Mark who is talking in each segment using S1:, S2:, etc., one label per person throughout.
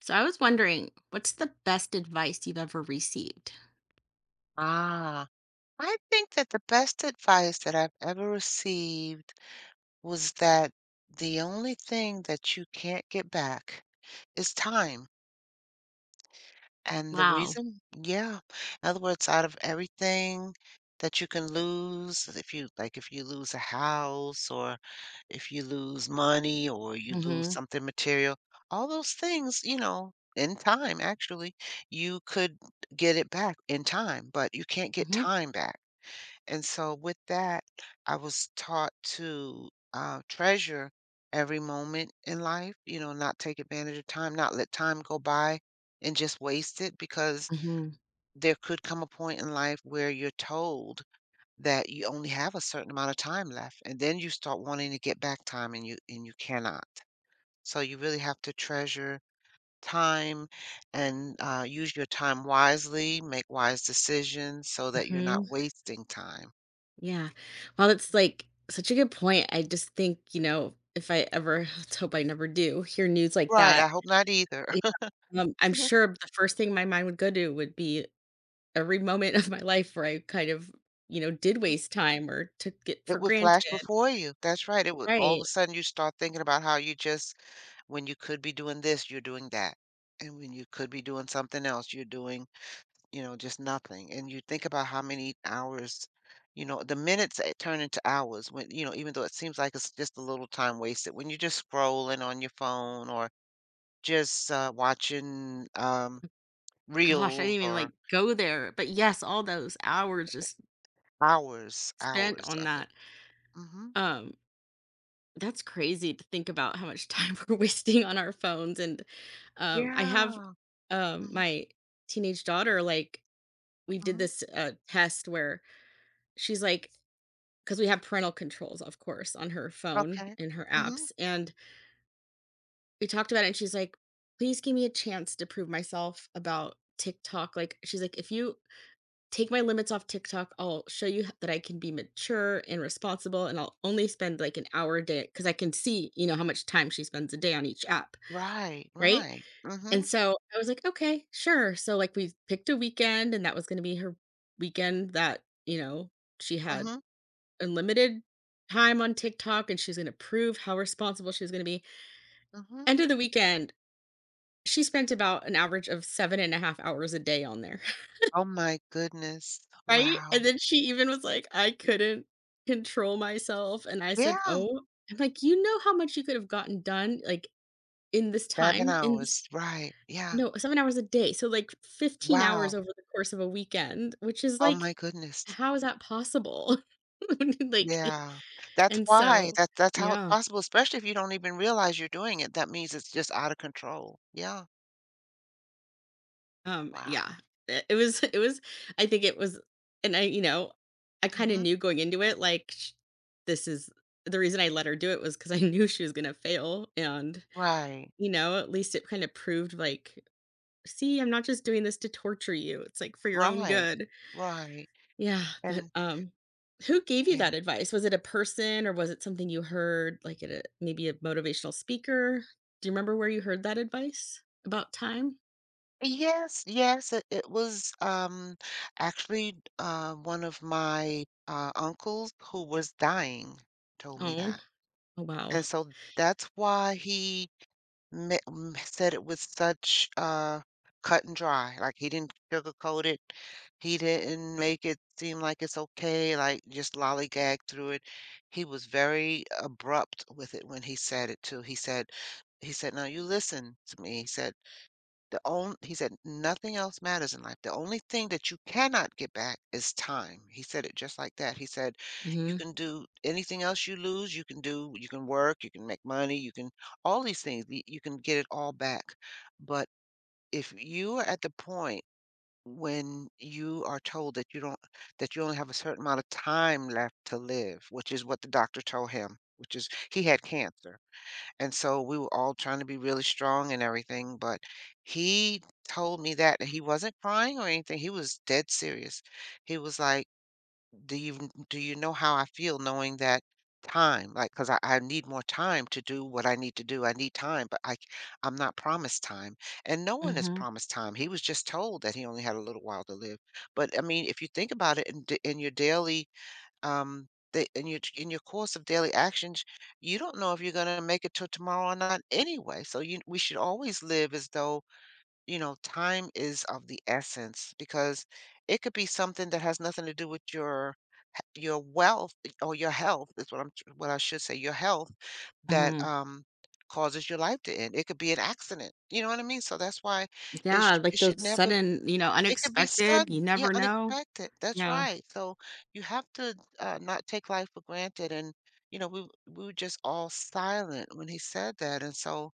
S1: So I was wondering, what's the best advice you've ever received?
S2: Ah, I think that the best advice that I've ever received was that the only thing that you can't get back is time. And the
S1: Wow.
S2: reason, yeah. In other words, out of everything that you can lose, if you like, if you lose a house or if you lose money or you lose
S1: Mhm.
S2: something material, all those things, you know, in time, actually, you could get it back in time, but you can't get
S1: Mhm.
S2: time back. And so with that, I was taught to, treasure every moment in life, you know, not take advantage of time, not let time go by and just waste it because
S1: Mhm.
S2: there could come a point in life where you're told that you only have a certain amount of time left, and then you start wanting to get back time and you cannot. So you really have to treasure time and, use your time wisely, make wise decisions so that you're
S1: Mhm.
S2: not wasting time.
S1: Yeah. Well, it's like such a good point. I just think, you know, if I ever let's hope I never do hear news like
S2: Right, I
S1: that.
S2: hope not either.
S1: Yeah, I'm sure the first thing my mind would go to would be every moment of my life where I kind of, did waste time or took it for
S2: It would
S1: granted.
S2: flash before you. That's right, it would all of
S1: Right.
S2: a sudden, you start thinking about how you just when you could be doing this, you're doing that, and when you could be doing something else, you're doing, you know, just nothing, and you think about how many hours you know, the minutes, turn into hours when you know, even though it seems like it's just a little time wasted, when you're just scrolling on your phone or just, watching,
S1: Gosh, I
S2: reels
S1: didn't even
S2: or
S1: like go there. But yes, all those hours just
S2: hours,
S1: spent
S2: hours
S1: on
S2: of it.
S1: that.
S2: Mhm.
S1: Um, That's crazy to think about how much time we're wasting on our phones, and, I have,
S2: Yeah. Mhm.
S1: my teenage daughter, like, we did
S2: Mhm.
S1: this, test where she's like, because we have parental controls, of course, on her phone
S2: Okay.
S1: and her
S2: Mhm.
S1: apps, and we talked about it, and she's like, "Please give me a chance to prove myself about TikTok," like, she's like, "If you take my limits off TikTok. I'll show you that I can be mature and responsible, and I'll only spend like an hour a day because I can see, you know, how much time she spends a day on each app."
S2: Right,
S1: Right.
S2: right.
S1: And
S2: Mhm,
S1: so I was like, okay, sure. So, like, we picked a weekend, and that was going to be her weekend that, you know, she had
S2: mhm,
S1: unlimited time on TikTok, and she's going to prove how responsible she's going to be.
S2: mhm.
S1: End of the weekend, she spent about an average of 7.5 hours a day on there.
S2: Oh my goodness.
S1: Right?
S2: Wow.
S1: And then she even was like, "I couldn't control myself," and I said,
S2: Yeah,
S1: "Oh." I'm like, "You know how much you could have gotten done, like, in this
S2: 7
S1: time, in this."
S2: hours, right, yeah.
S1: No, 7 hours a day, so, like, 15 hours
S2: Wow.
S1: over the course of a weekend, which is
S2: Oh
S1: like,
S2: my goodness.
S1: how is that possible? Like, yeah,
S2: Yeah. That's
S1: and
S2: why.
S1: so
S2: That's how it's
S1: yeah.
S2: possible, especially if you don't even realize you're doing it. That means it's just out of control. Yeah.
S1: Yeah.
S2: Wow.
S1: It was it was, I think it was, and I kinda
S2: Mhm.
S1: knew going into it, like, sh this is the reason I let her do it, was because I knew she was gonna fail, and,
S2: Right.
S1: you know, at least it kinda proved, like, "See, I'm not just doing this to torture you, it's, like, for your own
S2: Right.
S1: good."
S2: Right.
S1: Yeah, but,
S2: And
S1: who gave you
S2: yeah.
S1: that advice? Was it a person, or was it something you heard, like, at a, maybe, a motivational speaker? Do you remember where you heard that advice about time?
S2: Yes, yes, it was actually one of my uncles who was dying told me
S1: Oh.
S2: that.
S1: Oh, wow.
S2: And so that's why he said it with such cut and dry. Like he didn't sugarcoat it. He didn't make it seem like it's okay, like just lollygag through it. He was very abrupt with it when he said it too. He said, "Now you listen to me." He said the only he said, "Nothing else matters in life. The only thing that you cannot get back is time." He said it just like that. He said, "You
S1: Mhm.
S2: can do anything else you lose, you can work, you can make money, you can all these things, you can get it all back. But if you are at the point when you are told that you don't that you only have a certain amount of time left to live, which is what the doctor told him, which is he had cancer and so we were all trying to be really strong and everything, but he told me that he wasn't crying or anything. He was dead serious. He was like, "Do you know how I feel knowing that time? Like, cause I need more time to do what I need to do. I need time, but I'm not promised time, and no one is
S1: Mhm.
S2: promised time. He was just told that he only had a little while to live. But I mean, if you think about it in in your daily um, that in your course of daily actions, you don't know if you're going to make it till tomorrow or not anyway. So you we should always live as though, you know, time is of the essence because it could be something that has nothing to do with your wealth or your health is what what I should say, your health that
S1: Mhm.
S2: causes your life to end. It could be an accident. You know what I mean? So that's why
S1: Yeah, like
S2: it should
S1: those
S2: never
S1: sudden, you know,
S2: it could be
S1: unexpected, you
S2: sudden, yeah,
S1: never know.
S2: unexpected, that's
S1: Yeah.
S2: right, so you have to, not take life for granted, and, you know, we were just all silent when he said that, and so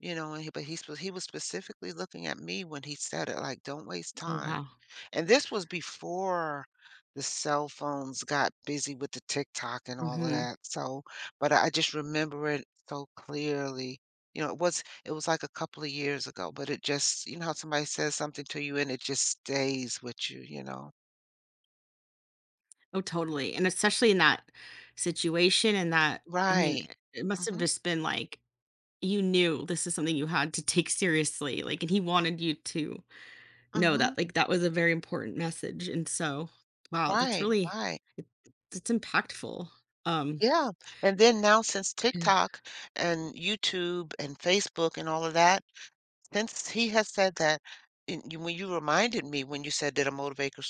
S2: you know, and he but he sp he was specifically looking at me when he said it, like, "Don't waste
S1: Oh,
S2: time."
S1: wow.
S2: And this was before the cell phones got busy with the TikTok and all of
S1: Mhm.
S2: that, so but I just remember it so clearly. You know, it was like a couple of years ago, but it just you know how somebody says something to you and it just stays with you, you know?
S1: Oh, totally, and especially in that situation and that, I mean,
S2: Right.
S1: I it must have
S2: Mhm,
S1: just been, like, you knew this is something you had to take seriously, like, and he wanted you to know
S2: mhm.
S1: that, like, that was a very important message, and so wow, that's
S2: Right,
S1: really,
S2: right.
S1: it it's impactful. Um,
S2: Yeah, and then now since
S1: yeah.
S2: TikTok and YouTube and Facebook and all of that, since he has said that, and you, when you reminded me when you said that a motivator,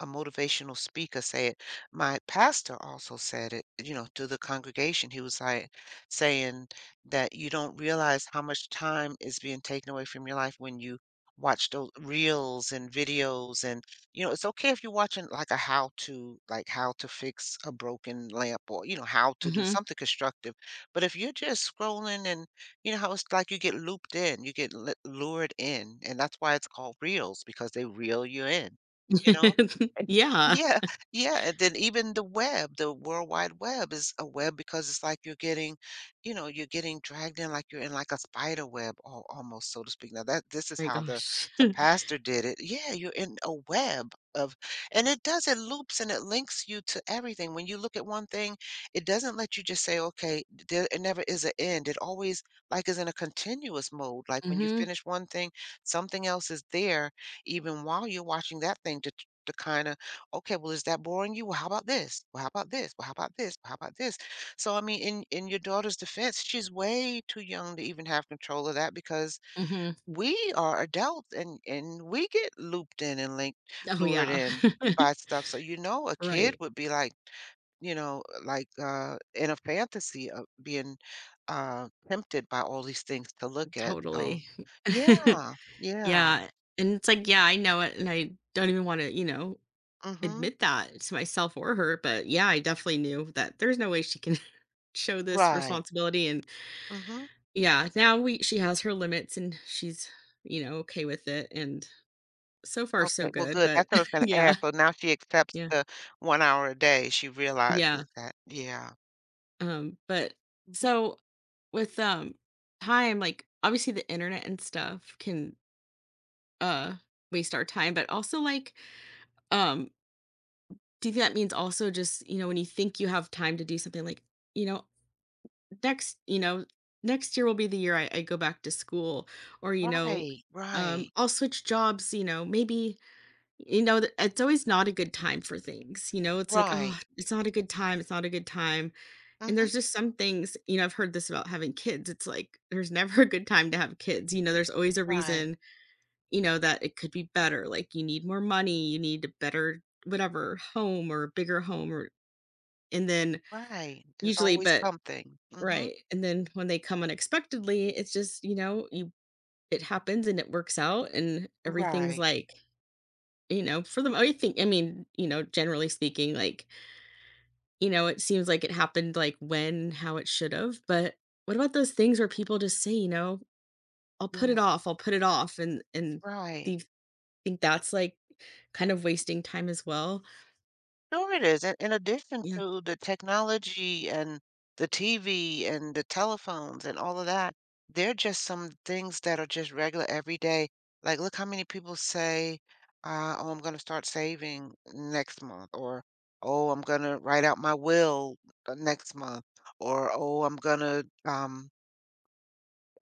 S2: a motivational speaker say it, my pastor also said it, you know, to the congregation. He was like saying that you don't realize how much time is being taken away from your life when you watch those reels and videos and you know it's okay if you're watching like a how to like how to fix a broken lamp or you know how to do
S1: Mhm.
S2: something constructive but if you're just scrolling and you know how it's like you get looped in, you get lu lured in, and that's why it's called reels because they reel you in, you know? And
S1: Yeah.
S2: yeah, yeah, and then even the web, the World Wide Web is a web because it's like you're getting, you know, you're getting dragged in like you're in like a spider web al almost, so to speak. Now that this is
S1: My
S2: how
S1: gosh.
S2: the pastor did it. Yeah, you're in a web of and it does, it loops and it links you to everything. When you look at one thing, it doesn't let you just say, "Okay," there it never is an end. It always like is in a continuous mode. Like when you
S1: Mhm.
S2: finish one thing, something else is there even while you're watching that thing to kind of, okay, well, is that boring you? Well, how about this? Well, how about this? Well, how about this? Well, how about this? So I mean, in your daughter's defense, she's way too young to even have control of that because
S1: Mhm.
S2: we are adults and we get looped in and linked,
S1: Oh,
S2: lured
S1: yeah.
S2: in by stuff. So you know, a kid
S1: Right.
S2: would be like you know, like in a fantasy of being tempted by all these things to look at. So,
S1: Totally.
S2: yeah, yeah,
S1: Yeah, and it's like, yeah, I know it, and I don't even wanna,
S2: mm-hmm,
S1: admit that to myself or her, but, yeah, I definitely knew that there's no way she can show this
S2: right,
S1: responsibility, and
S2: mm-hmm.
S1: yeah, now we she has her limits, and she's, you know, okay with it, and so far so
S2: Okay, well,
S1: good,
S2: good.
S1: but
S2: That's what I was going to
S1: yeah,
S2: ask. So now she accepts
S1: yeah,
S2: the 1 hour a day. She
S1: yeah,
S2: realizes that, yeah,
S1: but
S2: hmm
S1: so with, time, like, obviously the internet and stuff can uh waste our time, but also, like, um do you think that means also, just, you know, when you think you have time to do something, like, you know, next, you know, next year will be the year I go back to school, or, you know,
S2: right, right,
S1: I'll switch jobs, you know, maybe, you know, it's always not a good time for things. You know, it's like,
S2: right,
S1: oh, it's not a good time, it's not a good time. And
S2: mm-hmm,
S1: there's just some things, you know, I've heard this about having kids, it's like there's never a good time to have kids, you know, there's always a
S2: right,
S1: reason, you know, that it could be better. Like, you need more money, you need a better whatever home, or a bigger home, or and then
S2: right. There's
S1: usually,
S2: always
S1: but
S2: something. Mm-hmm,
S1: right. And then when they come unexpectedly, it's just, you know, you, it happens and it works out and everything's
S2: right,
S1: like, you know, for them. I think, I mean, you know, generally speaking, like, you know, it seems like it happened like when, how it should have. But what about those things where people just say, you know, I'll
S2: yeah,
S1: put it off, I'll put it off, and
S2: right.
S1: they think that's like kind of wasting time as well.
S2: No, it is, and in addition
S1: Yeah.
S2: to the technology and the TV and the telephones and all of that, there are just some things that are just regular every day. Like, look how many people say, "Oh, I'm gonna start saving next month," or "Oh, I'm gonna write out my will next month," or "Oh, I'm gonna um,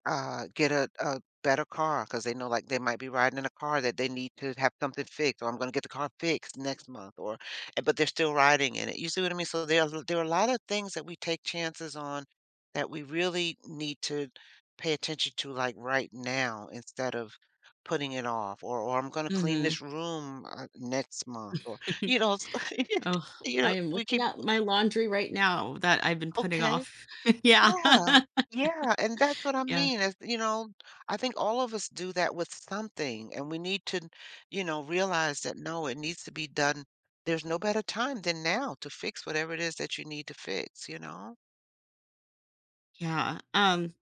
S2: uh, get a better car because they know, like, they might be riding in a car that they need to have something fixed, or I'm gonna get the car fixed next month or but they're still riding in it. You see what I mean? So there are a lot of things that we take chances on that we really need to pay attention to, like, right now instead of putting it off or I'm gonna clean
S1: Mhm.
S2: this room, next month or, you know,
S1: Oh,
S2: you
S1: I
S2: know,
S1: am
S2: we
S1: looking
S2: keep
S1: at my laundry right now that I've been putting
S2: okay.
S1: off. Yeah.
S2: Yeah. Yeah, and that's what I
S1: Yeah.
S2: mean is, you know, I think all of us do that with something, and we need to, you know, realize that, no, it needs to be done. There's no better time than now to fix whatever it is that you need to fix, you know?
S1: Yeah. Um,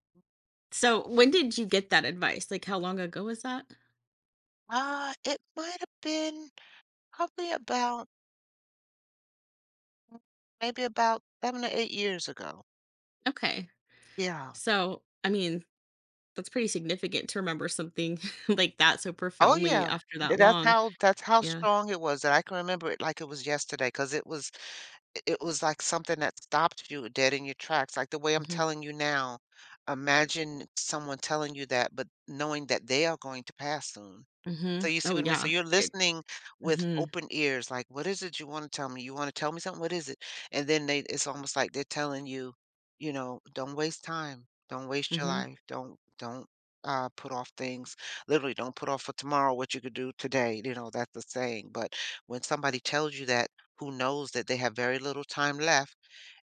S1: so when did you get that advice? Like, how long ago was that?
S2: It might have been probably about maybe about 7 or 8 years ago.
S1: Okay.
S2: Yeah.
S1: So, I mean, that's pretty significant to remember something like that so
S2: Oh,
S1: profoundly
S2: yeah.
S1: after that
S2: That's
S1: long.
S2: how
S1: Yeah.
S2: strong it was that I can remember it like it was yesterday because it was it was like something that stopped you dead in your tracks, like the way I'm
S1: Mhm.
S2: telling you now. Imagine someone telling you that, but knowing that they are going to pass soon. So
S1: Mhm.
S2: you see
S1: Oh,
S2: what I mean?
S1: yeah.
S2: So you're
S1: It
S2: listening with
S1: Mhm.
S2: open ears, like, "What is it you wanna tell me? You wanna tell me something? What is it?" And then they it's almost like they're telling you, you know, "Don't waste time. Don't waste your
S1: Mhm.
S2: life. Don't put off things." Literally, "Don't put off for tomorrow what you could do today," you know, that's the saying, but when somebody tells you that, who knows that they have very little time left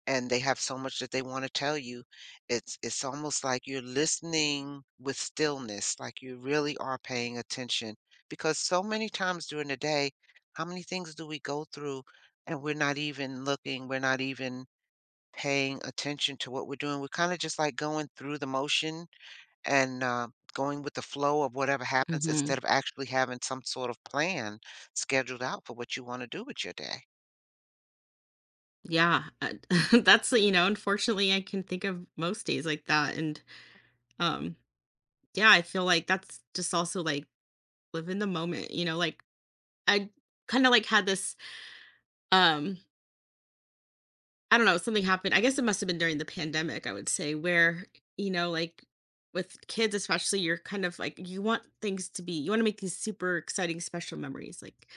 S2: and they have so much that they wanna tell you. It's almost like you're listening with stillness, like you really are paying attention, because so many times during the day, how many things do we go through and we're not even looking, we're not even paying attention to what we're doing? We're kinda just, like, going through the motion and, going with the flow of whatever happens
S1: Mhm.
S2: instead of actually having some sort of plan scheduled out for what you wanna do with your day.
S1: Yeah. That's, you know, unfortunately, I can think of most days like that. And, um, yeah, I feel like that's just also, like, live in the moment, you know, like, I kinda, like, had this, um I don't know, something happened, I guess it must have been during the pandemic, I would say, where, you know, like, with kids especially, you're kind of like, you want things to be, you wanna make these super exciting special memories, like,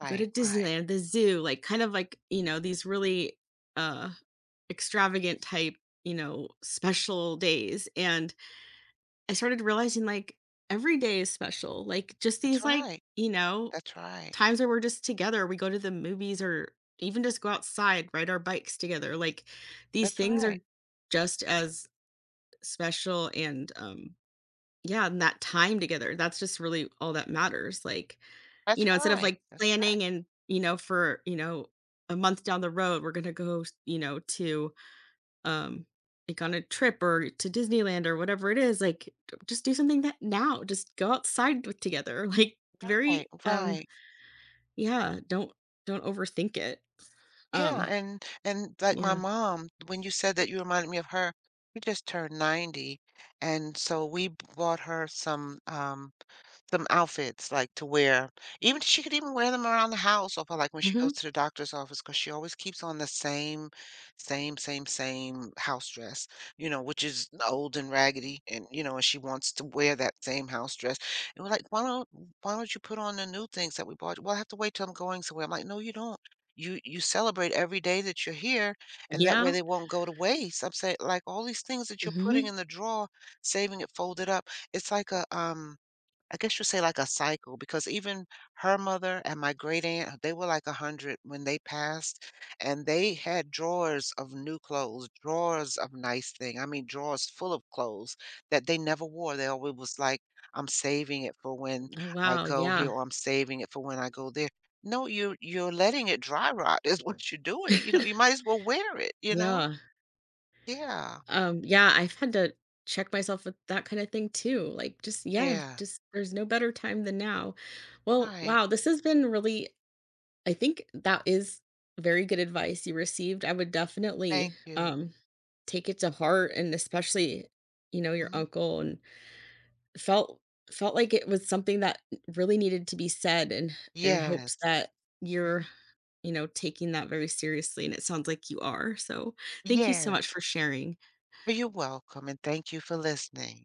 S1: you go to
S2: Right, right.
S1: Disneyland, the zoo, like, kind of like, you know, these really, uh, extravagant type, you know, special days, and I started realizing like every day is special. Like just these,
S2: That's
S1: like,
S2: right.
S1: you know,
S2: That's right.
S1: times where we're just together, we go to the movies or even just go outside, ride our bikes together. Like, these
S2: That's
S1: things
S2: right.
S1: are just as special, and yeah, and that time together. That's just really all that matters. Like, you
S2: That's
S1: know, instead of
S2: right.
S1: like
S2: That's right.
S1: planning and, you know, for, you know, a month down the road, we're going to go, you know, to um like on a trip or to Disneyland or whatever it is, like just do something that now. Just go outside with, together. Like,
S2: Right.
S1: very
S2: Right.
S1: yeah, don't, overthink it.
S2: Yeah.
S1: Um
S2: And like my
S1: yeah.
S2: mom, when you said that you reminded me of her, she just turned 90. And so we bought her some outfits like to wear. Even she could even wear them around the house or for like when she
S1: Mhm.
S2: goes to the doctor's office, because she always keeps on the same house dress, you know, which is old and raggedy and you know, and she wants to wear that same house dress. And we're like, why don't you put on the new things that we bought? Well, I have to wait till I'm going somewhere. I'm like, no, you don't. You celebrate every day that you're here and that way
S1: Yeah.
S2: they won't go to waste. I'm saying like all these things that you're putting
S1: Mhm.
S2: in the drawer, saving it folded up. It's like a I guess you say like a cycle because even her mother and my great aunt, they were like 100 when they passed, and they had drawers of new clothes, drawers of nice thing. I mean, drawers full of clothes that they never wore. They always was like, I'm saving it for when
S1: Oh
S2: I
S1: wow,
S2: go
S1: yeah.
S2: here, or I'm saving it for when I go there. No, you're letting it dry rot is what you're doing. You know, you might as well wear it, you know?
S1: Yeah.
S2: Yeah.
S1: Yeah, I've had to check myself with that kind of thing too. Like, just, yeah,
S2: Yeah.
S1: just there's no better time than now. Well,
S2: Right.
S1: wow, this has been really, I think that is very good advice you received. I would definitely
S2: Thank you.
S1: take it to heart, and especially, you know, your
S2: Mhm.
S1: uncle and felt felt like it was something that really needed to be said, and in
S2: Yes.
S1: hopes that you're,
S2: Mhm.
S1: you know, taking that very seriously, and it sounds like you are. So, thank you so
S2: Yeah.
S1: much for sharing.
S2: Well, you're welcome, and thank you for listening.